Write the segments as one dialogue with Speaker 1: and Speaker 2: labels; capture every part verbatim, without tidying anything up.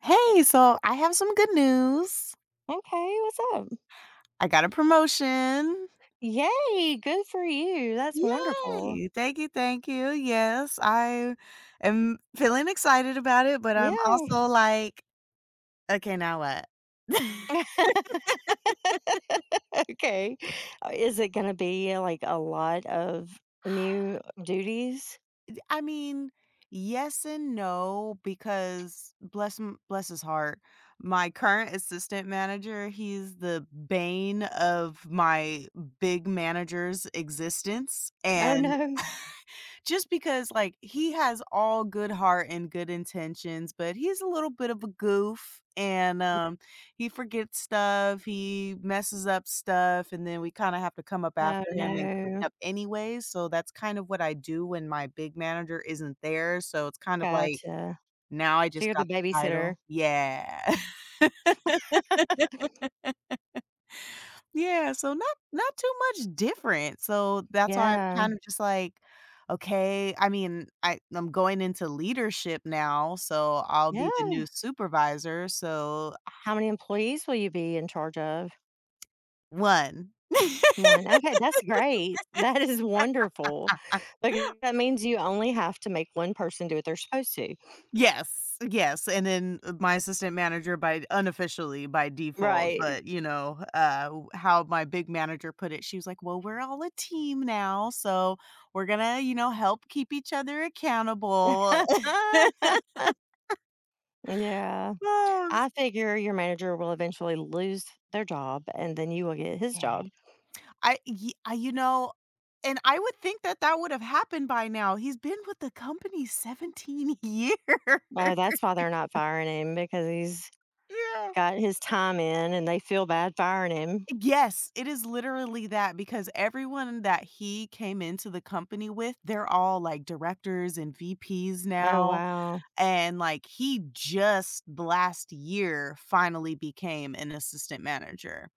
Speaker 1: Hey, so I have some good news.
Speaker 2: Okay, what's up?
Speaker 1: I got a promotion.
Speaker 2: Yay, good for you. That's wonderful.
Speaker 1: Yay! Thank you, thank you. Yes, I am feeling excited about it, but I'm
Speaker 2: Yeah.
Speaker 1: also like, okay, now what?
Speaker 2: Okay. Uh, Is it going to be like a lot of new duties?
Speaker 1: I mean, yes and no because bless him, bless his heart. My current assistant manager, he's the bane of my big manager's existence.
Speaker 2: Oh,
Speaker 1: And
Speaker 2: no.
Speaker 1: just because, like, he has all good heart and good intentions, but he's a little bit of a goof and, um, he forgets stuff, he messes up stuff, and then we kinda have to come up
Speaker 2: Oh,
Speaker 1: after him and clean
Speaker 2: no.
Speaker 1: up anyways, so that's kind of what I do when my big manager isn't there, so it's kind of like,
Speaker 2: Gotcha.
Speaker 1: now I
Speaker 2: So
Speaker 1: just
Speaker 2: you're the
Speaker 1: got the title.
Speaker 2: babysitter.
Speaker 1: Yeah. Yeah, so not not too much different, so that's why I'm
Speaker 2: Yeah.
Speaker 1: kind of just like, okay, I mean, I I'm going into leadership now, so I'll be the
Speaker 2: Yeah.
Speaker 1: new supervisor, so
Speaker 2: How many employees will you be in charge of?
Speaker 1: one.
Speaker 2: One. Okay, that's great. That is wonderful. Like that means you only have to make one person do what they're supposed to.
Speaker 1: Yes, yes, and then uh, my assistant manager by unofficially by default,
Speaker 2: Right.
Speaker 1: but, you know, uh, w- how my big manager put it, she was like, "Well, we're all a team now, so we're gonna, you know, help keep each other accountable."
Speaker 2: Yeah.
Speaker 1: Oh,
Speaker 2: I figure your manager will eventually lose their job and then you will get his
Speaker 1: yeah.
Speaker 2: job.
Speaker 1: I y- I- you know And I would think that that would have happened by now. He's been with the company seventeen years.
Speaker 2: Uh, that's why they're not firing him because he's
Speaker 1: Yeah.
Speaker 2: got his time in and they feel bad firing him.
Speaker 1: Yes, it is literally that because everyone that he came into the company with, they're all like directors and V Ps
Speaker 2: Oh,
Speaker 1: now,
Speaker 2: wow.
Speaker 1: and, like, he just last year finally became an assistant manager.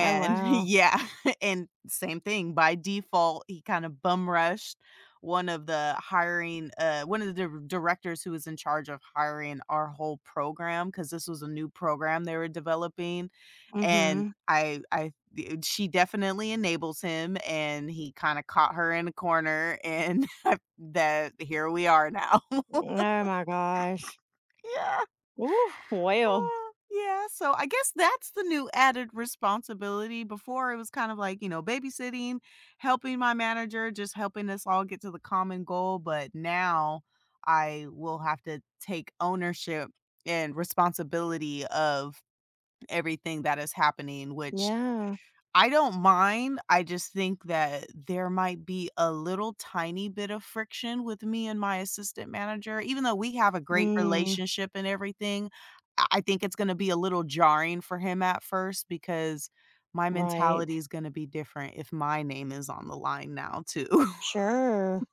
Speaker 2: Oh, wow.
Speaker 1: yeah, and same thing, by default, he kind of bum rushed one of the hiring, uh, one of the dir directors who was in charge of hiring our whole program because this was a new program they were developing,
Speaker 2: Mm
Speaker 1: and
Speaker 2: hmm.
Speaker 1: I, I I d she definitely enables him, and he kinda caught her in a corner, and that here we are now.
Speaker 2: Oh, my gosh.
Speaker 1: Yeah.
Speaker 2: Ooh, well,
Speaker 1: Uh, yeah, so I guess that's the new added responsibility. Before it was kind of like, you know, babysitting, helping my manager, just helping us all get to the common goal, but now I will have to take ownership and responsibility of everything that is happening, which
Speaker 2: yeah.
Speaker 1: I don't mind, I just think that there might be a little tiny bit of friction with me and my assistant manager, even though we have a great
Speaker 2: Mm,
Speaker 1: relationship and everything, I I think it's gonna be a little jarring for him at first because my
Speaker 2: right.
Speaker 1: mentality is gonna be different if my name is on the line now too.
Speaker 2: Sure.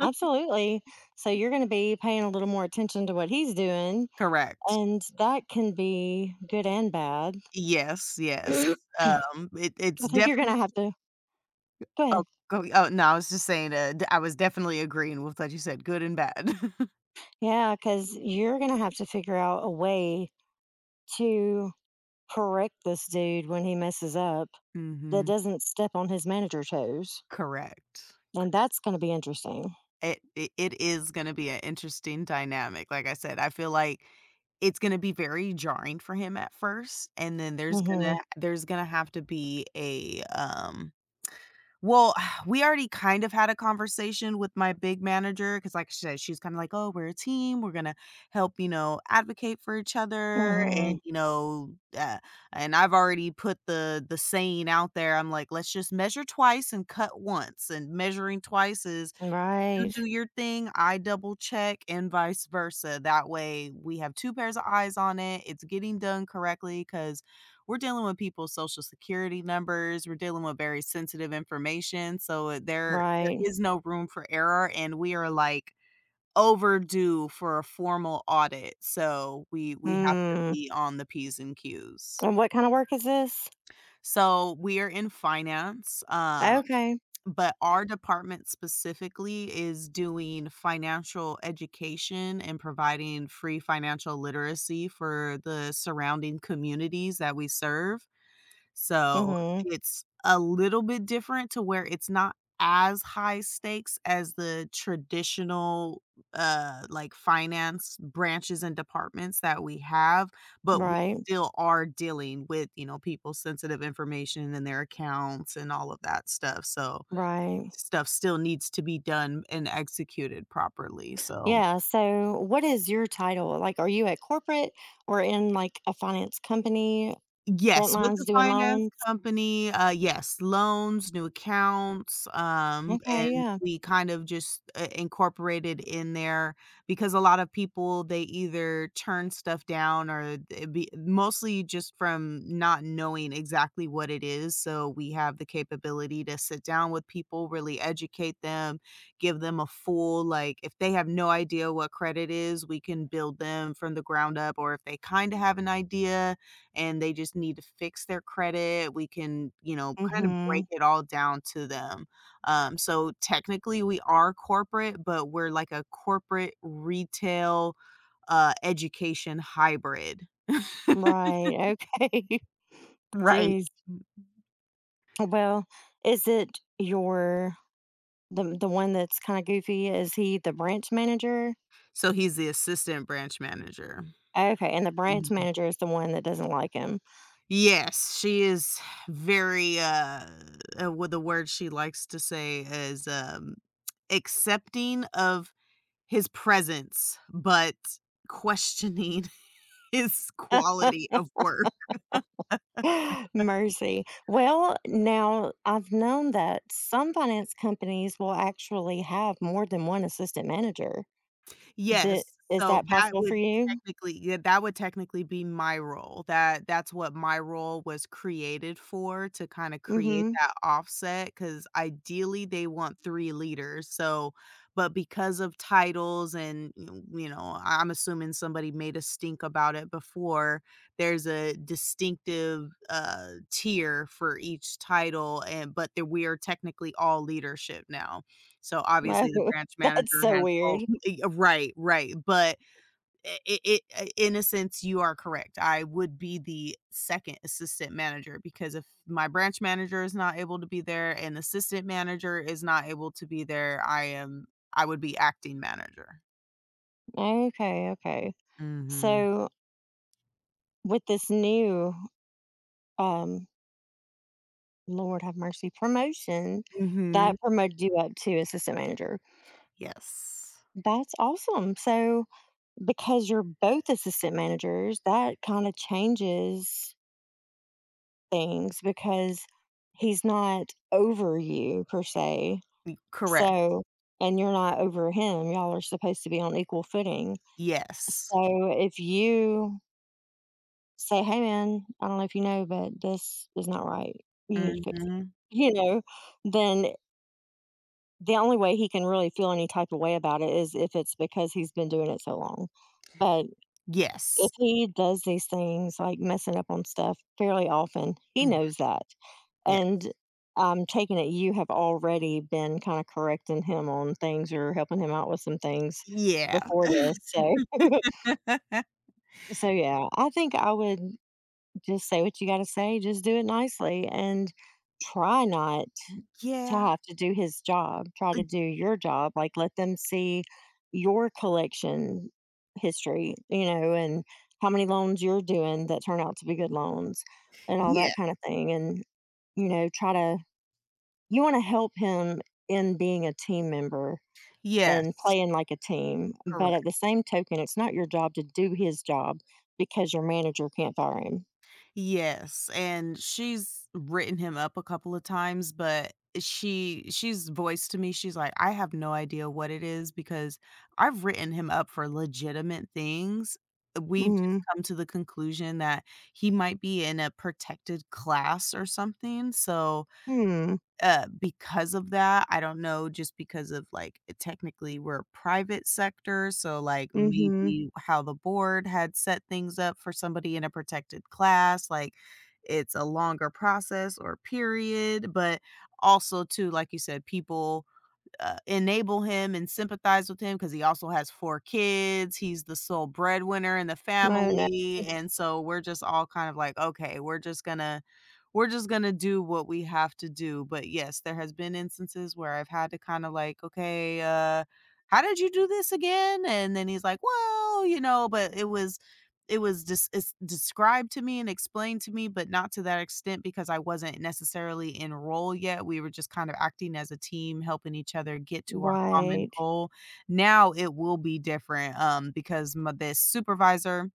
Speaker 2: Absolutely. So you're going to be paying a little more attention to what he's doing,
Speaker 1: Correct.
Speaker 2: and that can be good and bad.
Speaker 1: Yes, yes. Um, it
Speaker 2: I
Speaker 1: it's
Speaker 2: think you're
Speaker 1: definitely
Speaker 2: gonna have to go ahead.
Speaker 1: oh, go oh, no, I was just saying, uh, d I was definitely agreeing with what you said, good and bad.
Speaker 2: Yeah, because you 'cause you're gonna have to figure out a way to correct this dude when he messes up that
Speaker 1: Mhm.
Speaker 2: doesn't step on his manager toes,
Speaker 1: Correct.
Speaker 2: and that's gonna be interesting.
Speaker 1: It it it is gonna be an interesting dynamic, like I said, I feel like it's gonna be very jarring for him at first, and then there's gonna
Speaker 2: Mhm,
Speaker 1: there's gonna have to be a, um well, we already kind of had a conversation with my big manager because, like I said, she's kinda like, "Oh, we're a team, we're gonna help, you know, advocate for each other,"
Speaker 2: mhm.
Speaker 1: and, you know, uh, and I've already put the the saying out there, I'm like, "Let's just measure twice and cut once," and measuring twice is you
Speaker 2: Right,
Speaker 1: do your thing, I double check and vice versa. That way we have two pairs of eyes on it. It's getting done correctly because 'cause we're dealing with people's social security numbers, we're dealing with very sensitive information, so uh, there there
Speaker 2: right.
Speaker 1: is no room for error, and we are, like, overdue for a formal audit, so we we have to
Speaker 2: Mm,
Speaker 1: be on the P's and Q's.
Speaker 2: and what kinda work is this?
Speaker 1: So, we are in finance, um
Speaker 2: Okay.
Speaker 1: but our department specifically is doing financial education and providing free financial literacy for the surrounding communities that we serve. So,
Speaker 2: Mhm.
Speaker 1: it's a little bit different to where it's not as high stakes as the traditional, uh, like, finance branches and departments that we have, but we
Speaker 2: Right,
Speaker 1: still are dealing with, you know, people's sensitive information and their accounts and all of that stuff, so
Speaker 2: right.
Speaker 1: stuff still needs to be done and executed properly, so
Speaker 2: Yeah, so what is your title? Like, are you at corporate or in, like, a finance company, front
Speaker 1: yes, with
Speaker 2: lines
Speaker 1: the
Speaker 2: doing
Speaker 1: finance
Speaker 2: loans?
Speaker 1: company, uh, yes, loans, new accounts, um,
Speaker 2: Okay,
Speaker 1: and
Speaker 2: yeah.
Speaker 1: we kind of just, uh, incorporated in there because a lot of people, they either turn stuff down or they be mostly just from not knowing exactly what it is, so we have the capability to sit down with people, really educate them, give them a full like, if they have no idea what credit is, we can build them from the ground up, or if they kinda have an idea and they just need to fix their credit. We can, you know, kind of
Speaker 2: Mhm.
Speaker 1: break it all down to them. Um, so technically, we are corporate, but we're like a corporate retail uh, education hybrid.
Speaker 2: Right, okay.
Speaker 1: Right.
Speaker 2: Jeez. Well, is it your the the one that's kinda goofy, is he the branch manager?
Speaker 1: So he's the assistant branch manager.
Speaker 2: Okay, and the branch
Speaker 1: Mhm.
Speaker 2: manager is the one that doesn't like him.
Speaker 1: Yes, she is very uh uh, what the word she likes to say is um accepting of his presence but questioning his quality of work.
Speaker 2: Mercy. Well, now I've known that some finance companies will actually have more than one assistant manager. D
Speaker 1: Yes,
Speaker 2: Is
Speaker 1: so
Speaker 2: that
Speaker 1: that
Speaker 2: possible for
Speaker 1: would
Speaker 2: you?
Speaker 1: Technically yeah, that would technically be my role. That that's what my role was created for, to kinda create
Speaker 2: Mhm.
Speaker 1: that offset. Because ideally, they want three leaders, so but because of titles and, you you know, I am assuming somebody made a stink about it before, there's a distinctive, uh, tier for each title, and but that we are technically all leadership now. So, obviously, the
Speaker 2: Oh,
Speaker 1: branch
Speaker 2: that's
Speaker 1: manager
Speaker 2: so
Speaker 1: has al
Speaker 2: weird.
Speaker 1: Eh, right, right, but I it it I- in a sense, you are correct. I would be the second assistant manager because if my branch manager is not able to be there and assistant manager is not able to be there, I am I would be acting manager.
Speaker 2: Okay, okay.
Speaker 1: Mhm.
Speaker 2: So, with this new um, Lord have mercy, promotion
Speaker 1: Mhm.
Speaker 2: that promoted you up to assistant manager.
Speaker 1: Yes.
Speaker 2: That's awesome. So, because you're both assistant managers, that kind of changes things because he's not over you per se.
Speaker 1: Correct.
Speaker 2: So, and you're not over him. Y'all are supposed to be on equal footing.
Speaker 1: Yes.
Speaker 2: So, if you say, hey, man, I don't know if you know, but this is not right, you need to fix it,
Speaker 1: Mhm.
Speaker 2: you know, then the only way he can really feel any type of way about it is if it's because he's been doing it so long. But if
Speaker 1: Yes.
Speaker 2: he does these things, like messing up on stuff fairly often, he
Speaker 1: Mhm.
Speaker 2: knows that.
Speaker 1: Yes.
Speaker 2: And I'm taking it you have already been kind of correcting him on things or helping him out with some things
Speaker 1: Yeah.
Speaker 2: before this. So, so yeah, I think I would just say what you got to say, just do it nicely and try not to
Speaker 1: Yeah.
Speaker 2: have to do his job, try
Speaker 1: Uh,
Speaker 2: to do your job, like, let them see your collection history, you know, and how many loans you're doing that turn out to be good loans and all
Speaker 1: yeah.
Speaker 2: that kinda thing, and, you know, try to you wanna help him in being a team member and
Speaker 1: Yes.
Speaker 2: playing like a team, but
Speaker 1: Correct.
Speaker 2: at the same token, it's not your job to do his job because your manager can't fire him.
Speaker 1: Yes, and she's written him up a couple of times, but she she's voiced to me, she's like, "I have no idea what it is because I've written him up for legitimate things." We've just
Speaker 2: Mhm.
Speaker 1: come to the conclusion that he might be in a protected class or something, so
Speaker 2: Hmm.
Speaker 1: uh, because of that, I don't know, just because of, like, it- technically we're a private sector, so, like,
Speaker 2: Mhm.
Speaker 1: maybe how the board had set things up for somebody in a protected class, like, it's a longer process or period, but also too, like you said, people uh, enable him and sympathize with him because he also has four kids. He's the sole breadwinner in the
Speaker 2: No, no
Speaker 1: family. And so we're just all kind of like, okay, we're just gonna we're just gonna do what we have to do. But yes, there has been instances where I've had to kind of like, okay, uh, how did you do this again? And then he's like, well, you know, but it was it was just it's described to me and explained to me, but not to that extent because I wasn't necessarily in role yet. We were just kind of acting as a team, helping each other get to our common
Speaker 2: Right.
Speaker 1: goal. Now it will be different, um, because my this supervisor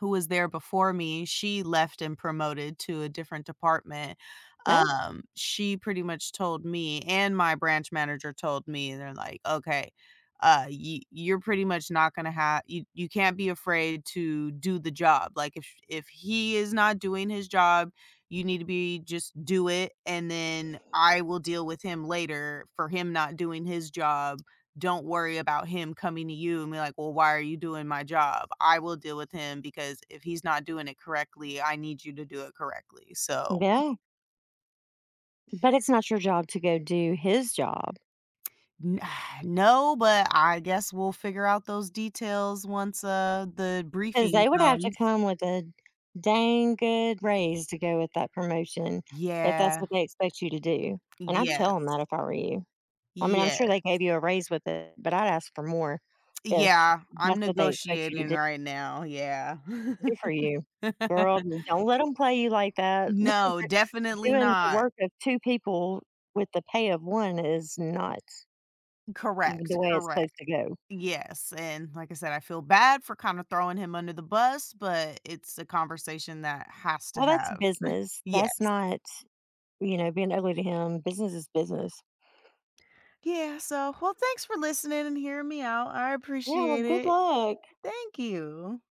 Speaker 1: who was there before me, she left and promoted to a different department.
Speaker 2: No.
Speaker 1: Um, she pretty much told me and my branch manager told me, they're like, "Okay, uh, you you're pretty much not gonna have you you can't be afraid to do the job. Like if if he is not doing his job, you need to be just do it, and then I will deal with him later for him not doing his job don't worry about him coming to you and be like, "Well, why are you doing my job? I will deal with him because if he's not doing it correctly, I need you to do it correctly." So,
Speaker 2: Yeah. But it's not your job to go do his job,
Speaker 1: n- no, but I guess we'll figure out those details once uh the
Speaker 2: because
Speaker 1: briefing
Speaker 2: they would have to
Speaker 1: comes.
Speaker 2: come with a dang good raise to go with that promotion if that's
Speaker 1: Yeah.
Speaker 2: what they expect you to do, and I'd tell tell 'em
Speaker 1: Yes.
Speaker 2: that if I were you. I mean, I'm sure
Speaker 1: Yes.
Speaker 2: they gave you a raise with it, but I'd ask for more if
Speaker 1: Yeah, I'm
Speaker 2: that's what they expect you to
Speaker 1: negotiating
Speaker 2: do.
Speaker 1: right now. Yeah.
Speaker 2: Good for you. Girl, don't let let them play you like that.
Speaker 1: No, definitely
Speaker 2: Doing the
Speaker 1: not.
Speaker 2: work of two people with the pay of one is not the
Speaker 1: Correct.
Speaker 2: way it's
Speaker 1: Correct.
Speaker 2: supposed to go.
Speaker 1: Yes, and like I said, I feel bad for kinda throwing him under the bus, but it's a conversation that has to
Speaker 2: Well, that's
Speaker 1: have.
Speaker 2: business. That's
Speaker 1: Yes.
Speaker 2: not, you know, being ugly to him, business is business.
Speaker 1: Yeah, so, well, thanks for listening and hearing me out. I
Speaker 2: Yeah, well,
Speaker 1: appreciate
Speaker 2: good
Speaker 1: it.
Speaker 2: luck.
Speaker 1: Thank you.